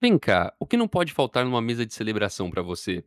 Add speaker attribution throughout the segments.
Speaker 1: Vem cá, o que não pode faltar numa mesa de celebração pra você?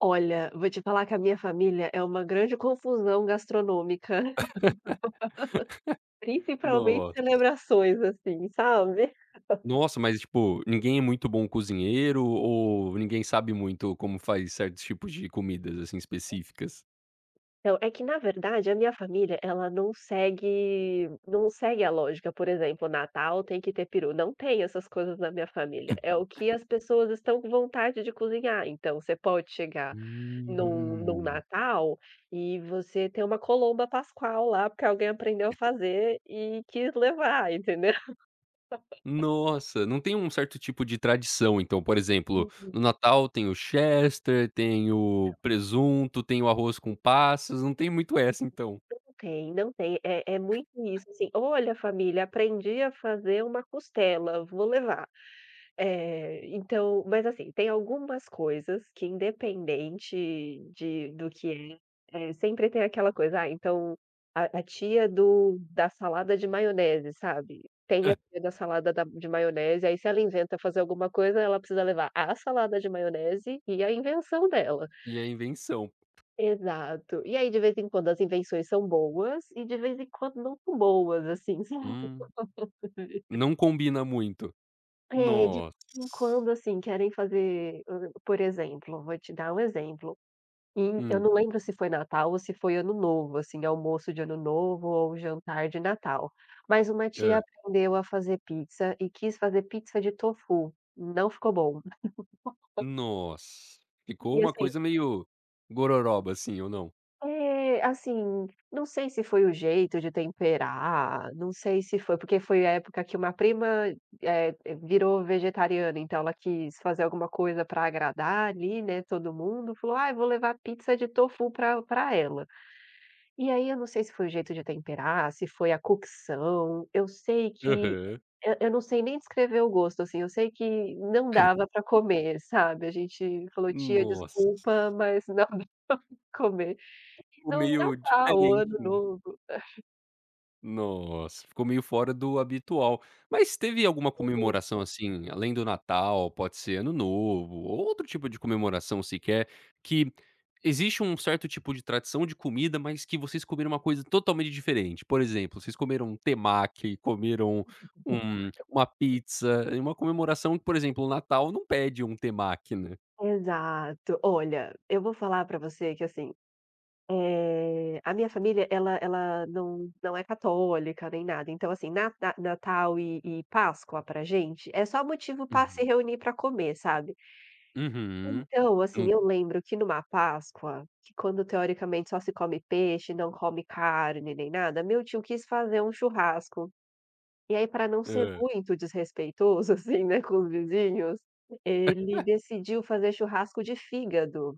Speaker 2: Olha, vou te falar que a minha família é uma grande confusão gastronômica, principalmente
Speaker 1: Nossa.
Speaker 2: celebrações, assim, sabe.
Speaker 1: Nossa, mas tipo, ninguém é muito bom cozinheiro ou ninguém sabe muito como faz certos tipos de comidas, assim, específicas?
Speaker 2: Então, é que na verdade a minha família ela não segue a lógica, por exemplo, Natal tem que ter peru, não tem essas coisas na minha família, é o que as pessoas estão com vontade de cozinhar. Então você pode chegar num
Speaker 1: Hum.
Speaker 2: Natal e você ter uma colomba pascal lá, porque alguém aprendeu a fazer e quis levar, entendeu.
Speaker 1: Nossa, não tem um certo tipo de tradição, então, por exemplo, no Natal tem o chester, tem o presunto, tem o arroz com passas, não tem muito essa então.
Speaker 2: Não tem, não tem. É muito isso, assim: "Olha, família, aprendi a fazer uma costela, vou levar". Então mas assim, tem algumas coisas que independente de do que é, sempre tem aquela coisa: "Ah, então a tia do da salada de maionese", sabe? Tem a tia da salada da de maionese, aí se ela inventa fazer alguma coisa, ela precisa levar a salada de maionese e a invenção dela.
Speaker 1: E a invenção.
Speaker 2: Exato. E aí de vez em quando as invenções são boas e de vez em quando não tão boas, assim, sabe.
Speaker 1: Hum. Não combina muito.
Speaker 2: É, de
Speaker 1: Nossa.
Speaker 2: vez em quando, assim, querem fazer, por exemplo, vou te dar um exemplo, eu
Speaker 1: Hum.
Speaker 2: não lembro se foi Natal ou se foi Ano Novo, assim, almoço de Ano Novo ou jantar de Natal, mas uma tia
Speaker 1: É.
Speaker 2: aprendeu a fazer pizza e quis fazer pizza de tofu, não ficou bom.
Speaker 1: Nossa, ficou
Speaker 2: E
Speaker 1: uma
Speaker 2: assim
Speaker 1: coisa meio gororoba, assim, ou não?
Speaker 2: É, assim, não sei se foi o jeito de temperar, não sei se foi porque foi a época que uma prima, virou vegetariana, então ela quis fazer alguma coisa para agradar ali, né, todo mundo, falou: "Ai, vou levar pizza de tofu para ela". E aí eu não sei se foi o jeito de temperar, se foi a cocção, eu sei que
Speaker 1: Aham.
Speaker 2: eu não sei nem descrever o gosto, assim, eu sei que não dava para comer, sabe, a gente falou: "Tia,
Speaker 1: Nossa,
Speaker 2: desculpa, mas não dá pra comer".
Speaker 1: ficou
Speaker 2: Não
Speaker 1: meio
Speaker 2: Natal, o
Speaker 1: diferente,
Speaker 2: Ano
Speaker 1: né.
Speaker 2: Novo.
Speaker 1: Nossa, ficou meio fora do habitual. Mas teve alguma comemoração, assim, além do Natal, pode ser Ano Novo, ou outro tipo de comemoração sequer, que existe um certo tipo de tradição de comida, mas que vocês comeram uma coisa totalmente diferente? Por exemplo, vocês comeram um temaki, comeram uma pizza, em uma comemoração que, por exemplo, o Natal não pede um temaki, né.
Speaker 2: Exato. Olha, eu vou falar pra você que, assim, a minha família ela não é católica nem nada, então, assim, na Natal e Páscoa pra gente é só motivo pra se
Speaker 1: Uhum.
Speaker 2: reunir pra comer, sabe.
Speaker 1: Uhum.
Speaker 2: Então,
Speaker 1: Hum.
Speaker 2: assim, eu lembro que numa Páscoa, que quando teoricamente só se come peixe, não come carne nem nada, meu tio quis fazer um churrasco. E aí, para não ser
Speaker 1: Hã.
Speaker 2: muito desrespeitoso, assim, né, com os vizinhos, ele decidiu fazer churrasco de fígado.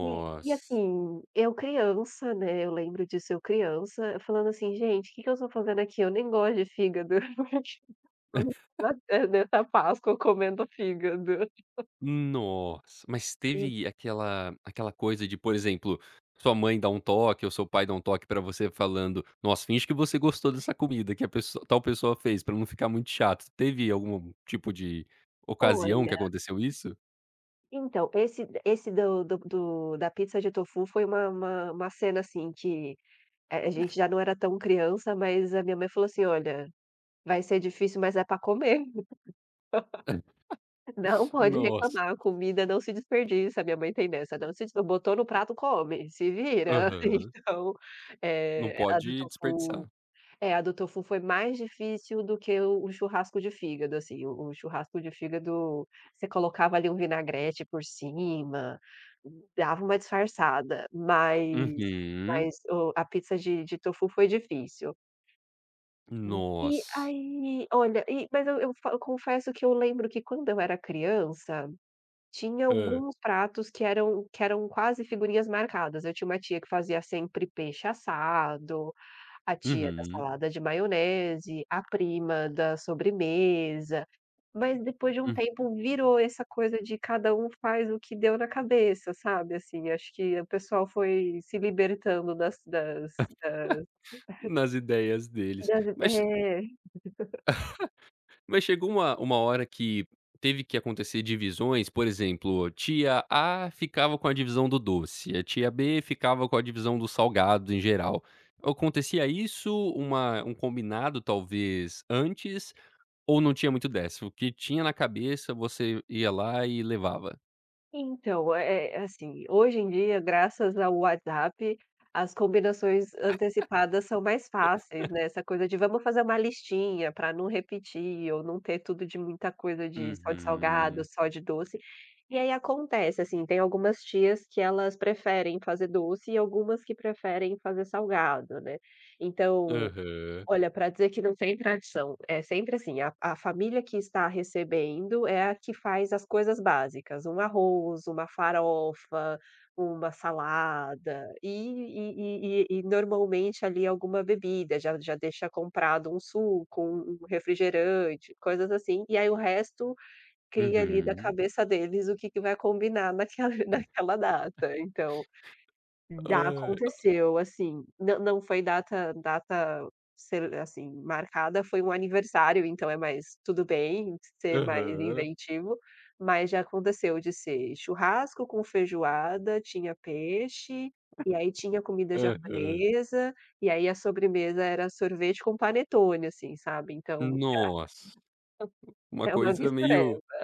Speaker 2: E assim, eu criança, né, eu lembro disso, eu criança, falando assim: "Gente, o que que eu estou fazendo aqui? Eu nem gosto de fígado. Por nessa Páscoa comendo fígado?".
Speaker 1: Nossa, mas
Speaker 2: E
Speaker 1: teve aquela coisa de, por exemplo, sua mãe dá um toque ou seu pai dá um toque pra você falando: "Nossa, finge que você gostou dessa comida que a pesso tal pessoa fez pra não ficar muito chato". Teve algum tipo de ocasião que
Speaker 2: olha,
Speaker 1: aconteceu isso?
Speaker 2: então, esse do da pizza de tofu foi uma uma cena, assim, que, a gente já não era tão criança, mas a minha mãe falou assim: "Olha, vai ser difícil, mas é para comer. Não pode
Speaker 1: Nossa.
Speaker 2: reclamar, a comida não se desperdiça, minha mãe tem dessa, não se des botou no prato, come, se vira".
Speaker 1: Aham.
Speaker 2: Então,
Speaker 1: Não
Speaker 2: a do
Speaker 1: pode desperdiçar.
Speaker 2: tofu é, a do tofu foi mais difícil do que o churrasco de fígado, assim, o churrasco de fígado, você colocava ali um vinagrete por cima, dava uma disfarçada,
Speaker 1: Uhum.
Speaker 2: mas o a pizza de tofu foi difícil. E
Speaker 1: Nossa.
Speaker 2: aí olha, e mas eu fa eu confesso que eu lembro que quando eu era criança, tinha
Speaker 1: Hã.
Speaker 2: alguns pratos que eram quase figurinhas marcadas. Eu tinha uma tia que fazia sempre peixe assado, a tia da
Speaker 1: Uhum.
Speaker 2: salada de maionese, a prima da sobremesa, mas depois de um
Speaker 1: Hum.
Speaker 2: tempo virou essa coisa de cada um faz o que deu na cabeça, sabe, assim, acho que o pessoal foi se libertando das
Speaker 1: Nas ideias deles.
Speaker 2: das é.
Speaker 1: Mas chegou uma hora que teve que acontecer divisões, por exemplo, tia A ficava com a divisão do doce, a tia B ficava com a divisão do salgado em geral. Acontecia isso, uma um combinado talvez antes, ou não tinha muito dessa? O que tinha na cabeça você ia lá e levava?
Speaker 2: Então, é assim, hoje em dia, graças ao WhatsApp, as combinações antecipadas são mais fáceis, né, essa coisa de vamos fazer uma listinha para não repetir ou não ter tudo de muita coisa de só de salgado,
Speaker 1: Uhum.
Speaker 2: só de doce. E aí acontece, assim, tem algumas tias que elas preferem fazer doce e algumas que preferem fazer salgado, né. Então,
Speaker 1: Aham.
Speaker 2: olha, para dizer que não tem tradição, é sempre assim, a família que está recebendo é a que faz as coisas básicas, um arroz, uma farofa, uma salada e normalmente ali alguma bebida, já deixa comprado um suco, um refrigerante, coisas assim, e aí o resto cria ali da
Speaker 1: Uhum.
Speaker 2: cabeça deles o que que vai combinar naquela naquela data, então já
Speaker 1: Ai.
Speaker 2: aconteceu, assim, nã não foi data ser assim, marcada, foi um aniversário, então é mais tudo bem ser mais
Speaker 1: Aham.
Speaker 2: inventivo, mas já aconteceu de ser churrasco com feijoada, tinha peixe, e aí tinha comida
Speaker 1: Aham.
Speaker 2: japonesa, e aí a sobremesa era sorvete com panetone, assim, sabe, então
Speaker 1: Nossa, uma
Speaker 2: é uma
Speaker 1: coisa meio.
Speaker 2: mistureba.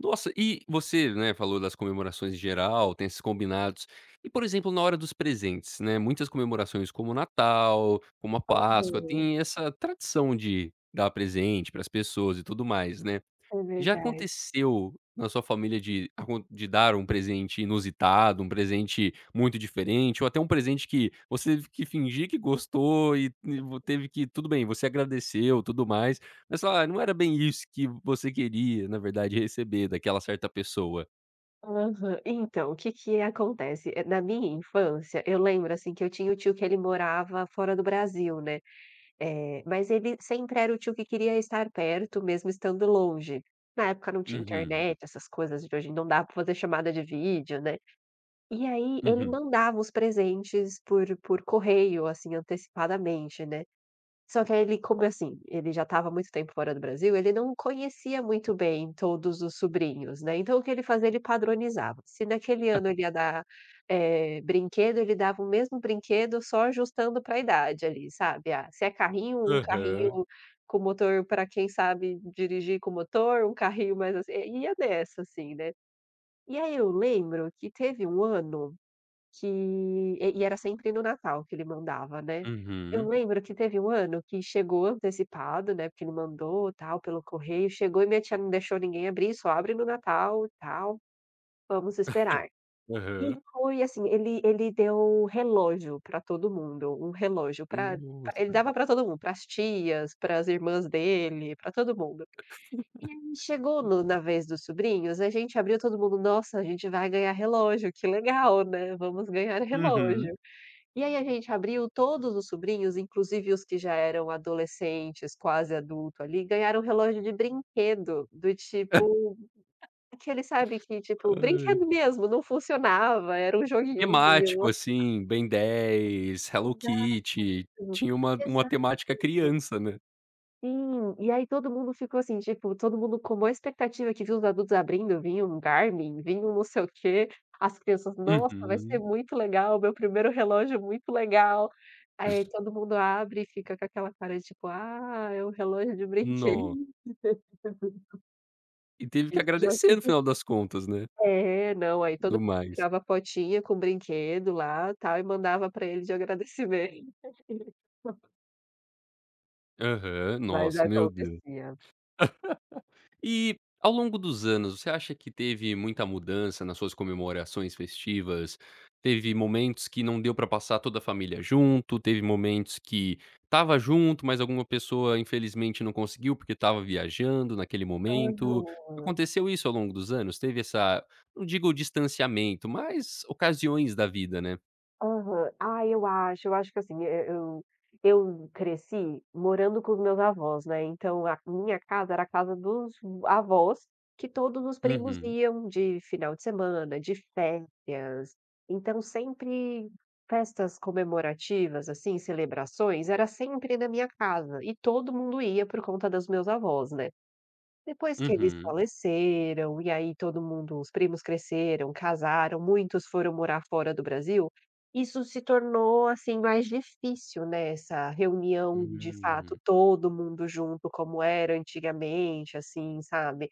Speaker 1: Nossa, e você, né, falou das comemorações em geral, tem esses combinados. E, por exemplo, na hora dos presentes, né, muitas comemorações como o Natal, como a Páscoa, tem essa tradição de dar presente para as pessoas e tudo mais, né?
Speaker 2: É, é
Speaker 1: Já
Speaker 2: verdade.
Speaker 1: aconteceu na sua família de acon de dar um presente inusitado, um presente muito diferente ou até um presente que você teve que fingir que gostou e vo teve que tudo bem, você agradeceu, tudo mais, mas falou: "Ah, não era bem isso que você queria, na verdade, receber daquela certa pessoa"?
Speaker 2: Aham. Então, o que que acontece, na minha infância, eu lembro, assim, que eu tinha o tio que ele morava fora do Brasil, né, mas ele sempre era o tio que queria estar perto, mesmo estando longe. Na época não tinha
Speaker 1: Uhum,
Speaker 2: internet, essas coisas de hoje, não dava para fazer chamada de vídeo, né. E aí ele
Speaker 1: uhum.
Speaker 2: mandava os presentes por correio, assim, antecipadamente, né. Só que aí ele como assim, ele já estava há muito tempo fora do Brasil, ele não conhecia muito bem todos os sobrinhos, né, então o que ele fazia, ele padronizava. Se naquele ano ele ia dar, brinquedo, ele dava o mesmo brinquedo só ajustando para a idade ali, sabe. Ah, se é carrinho, um
Speaker 1: Aham.
Speaker 2: carrinho com motor para quem sabe dirigir com motor, um carrinho mais assim, ia nessa assim, né. E aí eu lembro que teve um ano que era sempre no Natal que ele mandava, né. Eu
Speaker 1: Uhum.
Speaker 2: lembro que teve um ano que chegou antecipado, né, porque ele mandou, tal, pelo correio, chegou e minha tia não deixou ninguém abrir, "Só abre no Natal e tal, vamos esperar". E
Speaker 1: Aham.
Speaker 2: foi assim, ele deu relógio pra todo mundo, um relógio pra ele
Speaker 1: Nossa.
Speaker 2: dava pra todo mundo, para as tias, para as irmãs dele, pra todo mundo. E aí chegou no na vez dos sobrinhos, a gente abriu todo mundo: "Nossa, a gente vai ganhar relógio, que legal, né, vamos ganhar
Speaker 1: Uhum.
Speaker 2: relógio". E aí a gente abriu, todos os sobrinhos, inclusive os que já eram adolescentes, quase adulto ali, ganharam um relógio de brinquedo, do tipo, aquele sabe que tipo,
Speaker 1: Ai.
Speaker 2: brinquedo mesmo, não funcionava, era um joguinho.
Speaker 1: Temático, assim, Ben 10, Hello Kitty, tinha uma
Speaker 2: Exato,
Speaker 1: temática criança, né.
Speaker 2: sim, e aí todo mundo ficou assim, tipo, todo mundo com maior expectativa que viu os adultos abrindo, vinha um Garmin, vinha um não sei o quê, as crianças: "Nossa, vai ser
Speaker 1: Uhum.
Speaker 2: muito legal, meu primeiro relógio é muito legal". Aí todo mundo abre e fica com aquela cara de tipo: "Ah, é um relógio de
Speaker 1: No
Speaker 2: brinquedo".
Speaker 1: e teve que
Speaker 2: Isso já
Speaker 1: agradecer no final
Speaker 2: aconteceu.
Speaker 1: das contas, né,
Speaker 2: É, não, aí todo mundo
Speaker 1: do mais.
Speaker 2: tirava a potinha com o brinquedo lá, tal, e mandava pra ele de agradecimento.
Speaker 1: Aham.
Speaker 2: Mas
Speaker 1: Nossa, meu Deus.
Speaker 2: acontecia.
Speaker 1: E ao longo dos anos, você acha que teve muita mudança nas suas comemorações festivas? Teve momentos que não deu pra passar toda a família junto, teve momentos que estava junto, mas alguma pessoa infelizmente não conseguiu porque estava viajando naquele momento.
Speaker 2: Aham.
Speaker 1: Aconteceu isso ao longo dos anos? Teve essa, não digo distanciamento, mas ocasiões da vida, né?
Speaker 2: Aham. Ah, eu acho que assim, eu cresci morando com os meus avós, né, então a minha casa era a casa dos avós, que todos os primos
Speaker 1: Uhum,
Speaker 2: iam de final de semana, de férias, então sempre festas comemorativas, assim, celebrações, era sempre na minha casa, e todo mundo ia por conta dos meus avós, né. Depois que eles
Speaker 1: uhum,
Speaker 2: faleceram, e aí todo mundo os primos cresceram, casaram, muitos foram morar fora do Brasil, isso se tornou, assim, mais difícil, né, essa reunião de fato,
Speaker 1: hum,
Speaker 2: todo mundo junto como era antigamente, assim, sabe?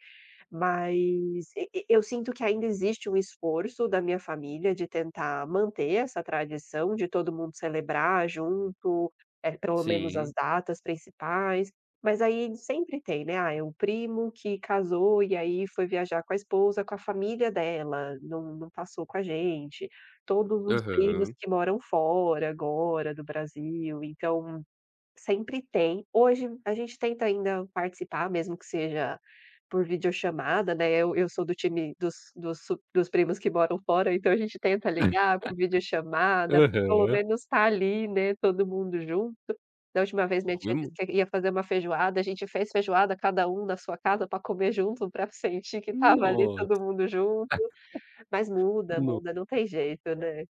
Speaker 2: Mas eu sinto que ainda existe um esforço da minha família de tentar manter essa tradição de todo mundo celebrar junto, pelo menos as
Speaker 1: sim,
Speaker 2: datas principais, mas aí sempre tem, né, ah, é o primo que casou e aí foi viajar com a esposa, com a família dela, não passou com a gente, todos os primos
Speaker 1: aham,
Speaker 2: que moram fora agora do Brasil, então sempre tem. Hoje a gente tenta ainda participar, mesmo que seja por videochamada, né, eu sou do time dos primos que moram fora, então a gente tenta ligar por videochamada, pra pelo
Speaker 1: aham.
Speaker 2: menos tá ali, né, todo mundo junto. Da última vez minha tia
Speaker 1: Comemo
Speaker 2: disse que ia fazer uma feijoada, a gente fez feijoada, cada um na sua casa para comer junto, para sentir que tava ali todo
Speaker 1: nossa.
Speaker 2: mundo junto. Mas muda, muda, não tem jeito, né.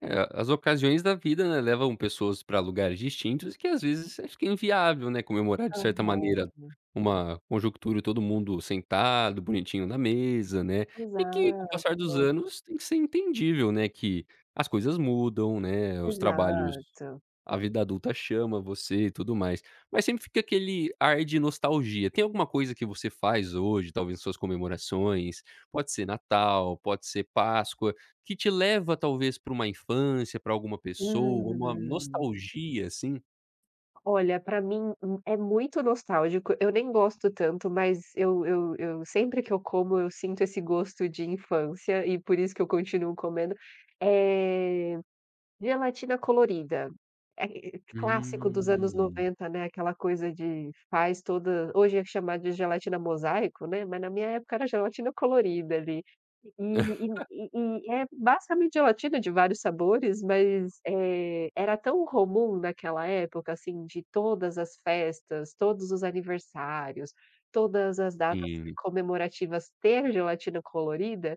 Speaker 1: É, as ocasiões da vida, né, levam pessoas para lugares distintos que às vezes é fica inviável, né, comemorar de certa
Speaker 2: Aham.
Speaker 1: maneira uma conjuntura, todo mundo sentado, bonitinho na mesa, né, e que com o
Speaker 2: Exato,
Speaker 1: passar dos anos tem que ser entendível, né, que as coisas mudam, né, os trabalhos
Speaker 2: exato.
Speaker 1: a vida adulta chama você e tudo mais. Mas sempre fica aquele ar de nostalgia. Tem alguma coisa que você faz hoje, talvez suas comemorações, pode ser Natal, pode ser Páscoa, que te leva talvez para uma infância, para alguma pessoa, uma
Speaker 2: Hum.
Speaker 1: nostalgia, assim?
Speaker 2: Olha, pra mim, é muito nostálgico. Eu nem gosto tanto, mas eu sempre que eu como, eu sinto esse gosto de infância e por isso que eu continuo comendo. Eh, gelatina colorida. É é clássico dos anos
Speaker 1: Hum.
Speaker 2: 90, né, aquela coisa de faz toda hoje é chamado de gelatina mosaico, né, mas na minha época era gelatina colorida ali. E e e e é basicamente gelatina de vários sabores, mas, era tão comum naquela época, assim, de todas as festas, todos os aniversários, todas as datas
Speaker 1: Sim.
Speaker 2: comemorativas ter gelatina colorida,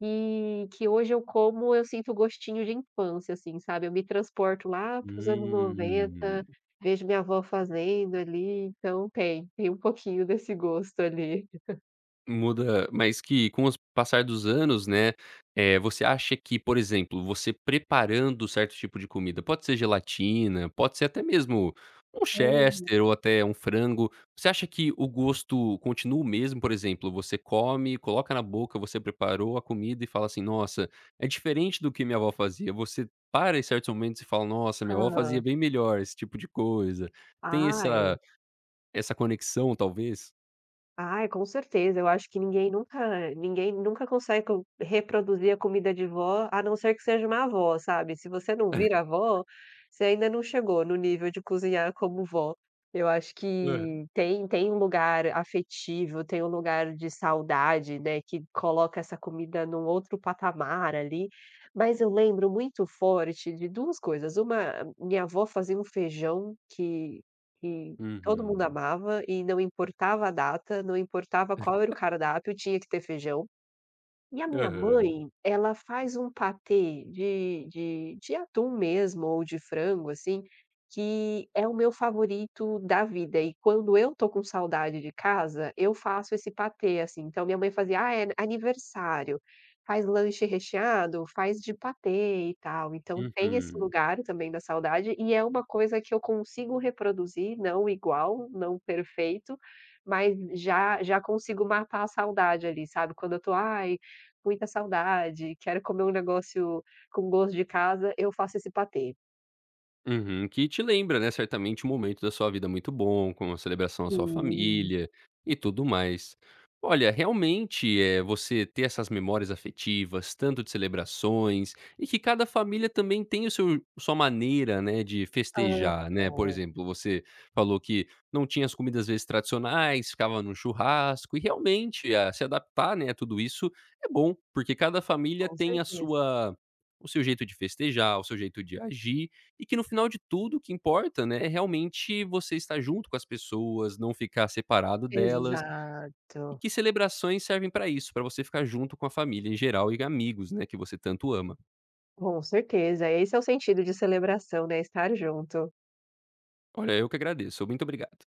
Speaker 2: e que hoje eu como, eu sinto gostinho de infância, assim, sabe. Eu me transporto lá para os anos
Speaker 1: Hum.
Speaker 2: 90, vejo minha avó fazendo ali, então tem, tem um pouquinho desse gosto ali.
Speaker 1: Muda, mas que com os passar dos anos, né, você acha que, por exemplo, você preparando certo tipo de comida, pode ser gelatina, pode ser até mesmo um
Speaker 2: Hum.
Speaker 1: chester ou até um frango, você acha que o gosto continua o mesmo? Por exemplo, você come, coloca na boca, você preparou a comida e fala assim: "Nossa, é diferente do que minha avó fazia". Você para em certos momentos e fala: "Nossa, minha avó fazia
Speaker 2: Hã.
Speaker 1: bem melhor esse tipo de coisa". Tem essa
Speaker 2: Ai.
Speaker 1: essa conexão, talvez?
Speaker 2: Ai, com certeza. Eu acho que ninguém nunca consegue co reproduzir a comida de vó, a não ser que seja uma avó, sabe. Se você não vira avó, você ainda não chegou no nível de cozinhar como vó. Eu acho
Speaker 1: Aham.
Speaker 2: que tem um lugar afetivo, tem um lugar de saudade, né, que coloca essa comida num outro patamar ali. Mas eu lembro muito forte de 2 coisas. Uma, minha avó fazia um feijão que todo mundo
Speaker 1: Uhum.
Speaker 2: amava e não importava a data, não importava qual era o cardápio, tinha que ter feijão. E a minha
Speaker 1: Aham.
Speaker 2: mãe, ela faz um patê de atum mesmo ou de frango, assim, que é o meu favorito da vida e quando eu tô com saudade de casa, eu faço esse patê, assim. Então minha mãe fazia: "Ah, é aniversário, faz lanche recheado, faz de patê e tal". Então tem esse
Speaker 1: Uhum.
Speaker 2: lugar também da saudade e é uma coisa que eu consigo reproduzir, não igual, não perfeito, mas já consigo matar a saudade ali, sabe. Quando eu tô: "Ai, muita saudade, quero comer um negócio com gosto de casa, eu faço esse patê".
Speaker 1: Uhum, que te lembra, né, certamente um momento da sua vida muito bom, com a celebração à sua
Speaker 2: Sim.
Speaker 1: família e tudo mais. Olha, realmente, é você ter essas memórias afetivas, tanto de celebrações, e que cada família também tem o seu sua maneira, né, de
Speaker 2: Aham,
Speaker 1: festejar, né. Por exemplo, você falou que não tinha as comidas, às vezes, tradicionais, ficava num churrasco, e realmente, ah, se adaptar, né, a tudo isso é bom, porque cada família
Speaker 2: com
Speaker 1: tem a
Speaker 2: certeza.
Speaker 1: sua o seu jeito de festejar, o seu jeito de agir e que no final de tudo o que importa, né, é realmente você estar junto com as pessoas, não ficar separado delas, e
Speaker 2: Exato,
Speaker 1: que celebrações servem para isso, para você ficar junto com a família em geral e amigos, né, que você tanto ama.
Speaker 2: com certeza, esse é o sentido de celebração, né, estar junto.
Speaker 1: Olha, eu que agradeço, muito obrigado.